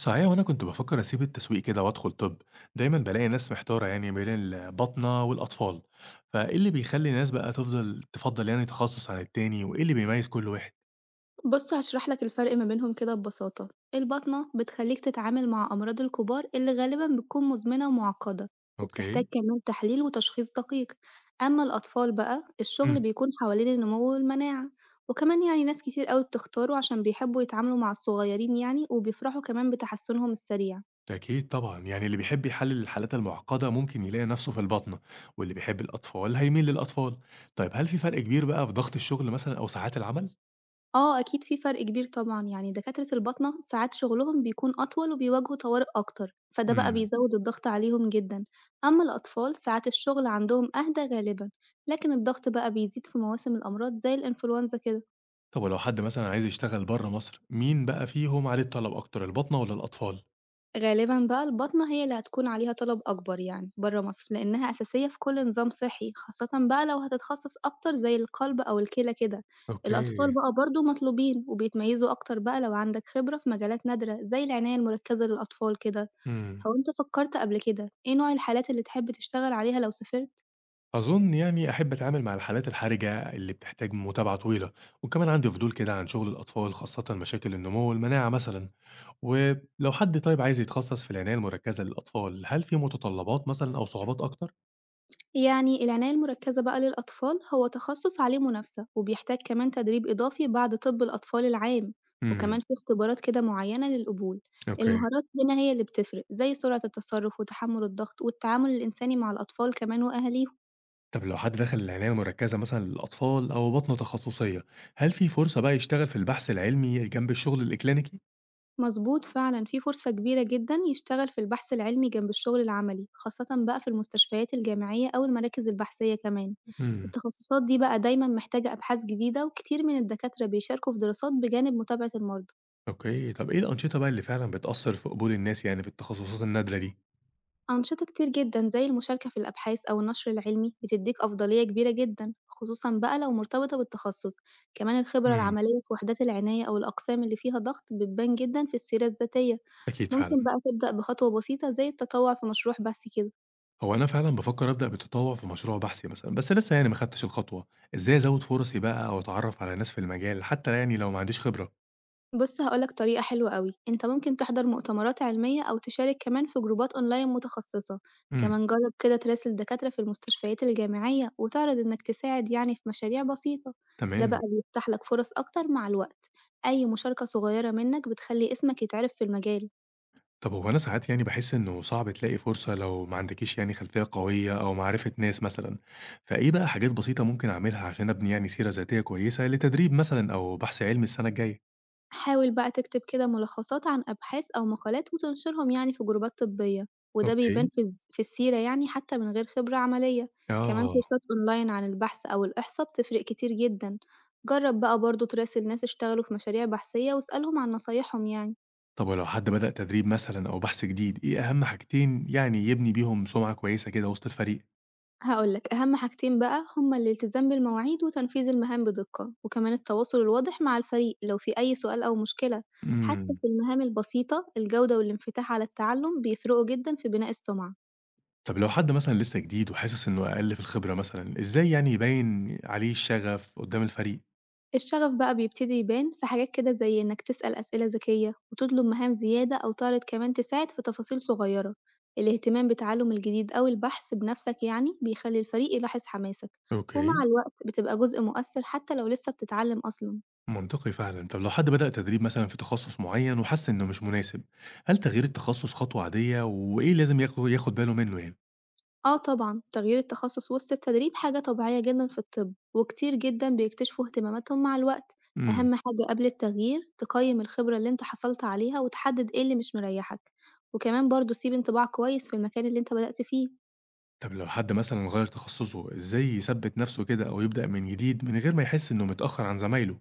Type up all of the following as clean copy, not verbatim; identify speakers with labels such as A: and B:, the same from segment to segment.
A: صحيح وأنا كنت بافكر أسيب التسويق كده وأدخل طب، دايمًا بالاقي ناس محتارة يعني بين الباطنة والأطفال، فإيه اللي بيخلي ناس بقى تفضّل يعني تخصُص عن التاني وإيه اللي بيميّز كل واحد؟
B: بُص هاشرح لك الفرق ما بينهم كده ببساطة، الباطنة بتخليك تتعامل مع أمراض الكبار اللي غالبًا بتكون مزمنة ومعقدة، وبتحتاج
A: أوكي،
B: كمان تحليل وتشخيص دقيق، أما الأطفال بقى الشغل
A: إمم،
B: بيكون حوالين النمو والمناعة، وكمان يعني ناس كتير أوي بتختاره عشان بيحبوا يتعاملوا مع الصغيرين يعني وبيفرحوا كمان بتحسنهم السريع.
A: أكيد طبعًا، يعني اللي بيحب يحلّل الحالات المعقدة ممكن يلاقي نَفْسه في الباطنة، واللي بيحب الأطفال هيميل للأطفال، طيب هل في فرق كبير بقى في ضغط الشغل مثلًا أو ساعات العمل؟
B: آه، أكيد في فرق كبير طبعًا، يعني دكاترة الباطنة ساعات شغلهم بيكون أطول وبيواجهوا طوارئ أكتر، فده بقى
A: إمم،
B: بيزود الضغط عليهم جدًا. أما الأطفال ساعات الشغل عندهم أهدى غالبًا، لكن الضغط بقى بيزيد في مواسم الأمراض زي الإنفلونزا كده.
A: طب ولو حد مثلًا عايز يشتغل برّه مصر، مين بقى فيهم عليه الطلب أكتر الباطنة والّا الأطفال؟
B: غالبًا بقى البطنة هي اللي هتكون عليها طلب أكبر يعني برّه مصر، لإنها أساسية في كل نظام صحّي، خاصةً بقى لو هتتخصص أكتر زي القلب أو الكلى كده. الأطفال
A: أوكي،
B: بقى برضه مطلوبين، وبيتميزوا أكتر بقى لو عندك خبرة في مجالات نادرة زي العناية المركزة للأطفال كده.
A: إمم.
B: هو أنت فكرت قبل كده إيه نوع الحالات اللي تحب تشتغل عليها لو سافرت؟
A: أظن يعني أحب أتعامل مع الحالات الحرجة اللي بتحتاج متابعة طويلة، وكمان عندي فضول كده عن شغل الأطفال خاصة مشاكل النمو والمناعة مثلًا، ولو حد طيب عايز يتخصص في العناية المركزة للأطفال، هل في متطلبات مثلًا أو صعوبات أكتر؟
B: يعني العناية المركزة بقى للأطفال هو تخصص عليه منافسة وبيحتاج كمان تدريب إضافي بعد طب الأطفال العام،
A: امم،
B: وكمان في اختبارات كده معينة للقبول.
A: أوكي،
B: المهارات هنا هي اللي بتفرق زي سرعة التصرف وتحمل الضغط والتعامل الإنساني مع الأطفال كمان وأهاليهم.
A: طب لو حد دخل العناية المركزة مثلًا للأطفال أو بطنة تخصصية، هل في فرصة بقى يشتغل في البحث العلمي جنب الشغل الإكلينيكي؟
B: مظبوط فعلا، في فرصة كبيرة جدا يشتغل في البحث العلمي جنب الشغل العملي خاصة بقى في المستشفيات الجامعية أو المراكز البحثية كمان.
A: امم،
B: التخصصات دي بقى دايما محتاجة أبحاث جديدة وكتير من الدكاترة بيشاركوا في دراسات بجانب متابعة المرضى.
A: أوكي، طب إيه الأنشطة بقى اللي فعلًا بتأثر في قبول الناس يعني في التخصصات النادرة دي؟
B: أنشطة كتير جدًا زي المشاركة في الأبحاث أو النشر العلمي بتديك أفضلية كبيرة جدًا، خصوصًا بقى لو مرتبطة بالتخصص، كمان الخبرة
A: امم،
B: العملية في وحدات العناية أو الأقسام اللي فيها ضغط بتبان جدًا في السيرة الذاتية،
A: أكيد فعلًا.
B: ممكن بقى تبدأ بخطوة بسيطة زي التطوع في مشروع بحث كده.
A: هو أنا فعلًا بافكر أبدأ بتطوع في مشروع بحثي مثلًا، بس لسه يعني ما خدتش الخطوة، إزاي أزود فرصي بقى أو أتعرف على ناس في المجال حتى يعني لو ما عنديش خبرة؟
B: بُص هاقول لك طريقة حلوة أوي، أنت ممكن تحضر مؤتمرات علمية أو تشارك كمان في جروبات أونلاين متخصصة،
A: إمم،
B: كمان جرّب كده تراسل دكاترة في المستشفيات الجامعية وتعرض إنك تساعد يعني في مشاريع بسيطة، ده بقى
A: تمام.
B: بيفتح لك فرص أكتر مع الوقت، أي مشاركة صغيرة منك بتخلي اسمك يتعرف في المجال.
A: طب هو أنا ساعات يعني باحس إنه صعب تلاقي فرصة لو ما عندكيش يعني خلفية قوية أو معرفة ناس مثلًا، فإيه بقى حاجات بسيطة ممكن أعملها عشان أبني يعني سيرة ذاتية كويسة لتدريب مثلًا أو بحث علمي السنة الجاية؟
B: حاول بقى تكتب كده ملخصات عن أبحاث أو مقالات وتنشرهم يعني في جروبات طبية، وده بيبان
A: أوكي،
B: في السيرة يعني حتى من غير خبرة عملية، كمان
A: آه.
B: كورسات أونلاين عن البحث أو الإحصاء بتفرق كتير جدا، جرب بقى برضه تراسل ناس اشتغلوا في مشاريع بحثية واسألهم عن نصايحهم يعني.
A: طب ولو حد بدأ تدريب مثلًا أو بحث جديد، إيه أهم حاجتين يعني يبني بيهم سمعة كويسة كده وسط الفريق؟
B: هقولك أهم حاجتين بقى هما الالتزام بالمواعيد وتنفيذ المهام بدقة، وكمان التواصل الواضح مع الفريق لو في أي سؤال أو مشكلة، حتى
A: إمم.
B: في المهام البسيطة الجودة والانفتاح على التعلم بيفرقوا جدا في بناء السمعة.
A: طب لو حد مثلًا لسه جديد وحاسس إنه أقل في الخبرة مثلًا، إزاي يعني يبيّن عليه الشغف قدّام الفريق؟
B: الشغف بقى بيبتدي يبان في حاجات كده زي إنك تسأل أسئلة ذكية وتطلب مهام زيادة أو تعرض كمان تساعد في تفاصيل صغيرة، الاهتمام بتعلم الجديد أو البحث بنفسك يعني بيخلي الفريق يلاحظ حماسك، ومع
A: أوكي.
B: الوقت بتبقى جزء مؤثر حتى لو لسه بتتعلم أصلا.
A: منطقي فعلًا. طب لو حد بدأ تدريب مثلًا في تخصص معين وحس إنه مش مناسب، هل تغيير التخصص خطوة عادية، وإيه لازم ياخد باله منه يعني؟
B: آه طبعًا، تغيير التخصص وسط التدريب حاجة طبيعية جدًا في الطب، وكتير جدًا بيكتشفوا اهتماماتهم مع الوقت،
A: إمم.
B: أهم حاجة قبل التغيير تقيم الخبرة اللي أنت حصلت عليها وتحدد إيه اللي مش مريحك، وكمان برضه سيب انطباع كويس في المكان اللي أنت بدأت فيه.
A: طب لو حد مثلًا غيّر تخصصه، إزاي يثبّت نفسه كده أو يبدأ من جديد من غير ما يحس إنه متأخر عن زمايله؟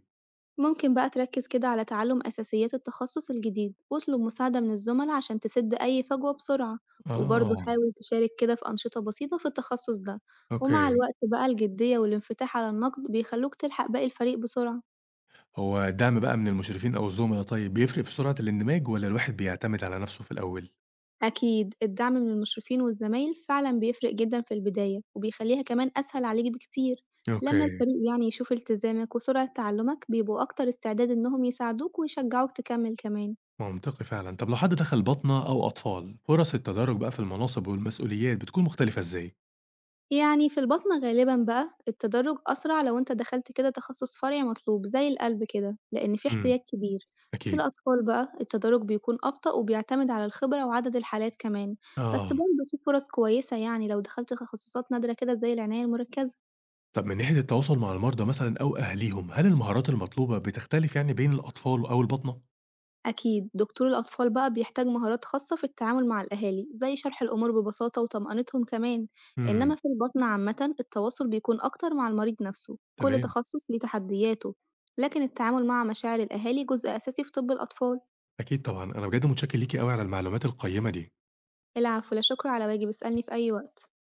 B: ممكن بقى تركز كده على تعلم أساسيات التخصص الجديد واطلب مساعدة من الزملا عشان تسد أي فجوة بسرعة، وبرضه
A: آه،
B: حاول تشارك كده في أنشطة بسيطة في التخصص ده، ومع
A: أوكي.
B: الوقت بقى الجدية والانفتاح على النقد بيخلوك تلحق باقي الفريق بسرعة.
A: هو الدعم بقى من المشرفين أو الزملا طيب بيفرق في سرعة الاندماج والّا الواحد بيعتمد على نفسه في الأول؟
B: أكيد الدعم من المشرفين والزمايل فعلا بيفرق جدا في البداية وبيخليها كمان أسهل عليك بكتير. لما
A: أوكي.
B: الفريق يعني يشوف التزامك وسرعة تعلمك بيبقوا أكتر استعداد إنهم يساعدوك ويشجعوك تكمل كمان.
A: منطقي فعلا. طب لو حد دخل بطنة أو أطفال فرص التدرج بقى في المناصب والمسؤوليات بتكون مختلفة إزاي؟
B: يعني في البطنة غالبا بقى التدرج أسرع لو أنت دخلت كده تخصص فرعي مطلوب زي القلب كده، لأن في
A: امم،
B: احتياج كبير. في
A: أكيد،
B: الأطفال بقى التدرج بيكون أبطأ وبيعتمد على الخبرة وعدد الحالات كمان، بس
A: آه.
B: برضه في فرص كويسة يعني لو دخلت تخصصات نادرة كده زي العناية المركزة.
A: طب من ناحية التواصل مع المرضى مثلا أو أهليهم هل المهارات المطلوبة بتختلف يعني بين الأطفال أو البطنة؟
B: أكيد، دكتور الأطفال بقى بيحتاج مهارات خاصة في التعامل مع الأهالي، زي شرح الأمور ببساطة وطمأنتهم كمان، إنما
A: امم،
B: في البطن عامةً التواصل بيكون أكتر مع المريض نفسه، كل
A: تمام،
B: تخصص ليه تحدياته، لكن التعامل مع مشاعر الأهالي جزء أساسي في طب الأطفال.
A: أكيد طبعا. أنا بجد متشكر ليكي قوي على المعلومات القيمة دي
B: العفو، لا شكر على واجب، اسألني في أي وقت.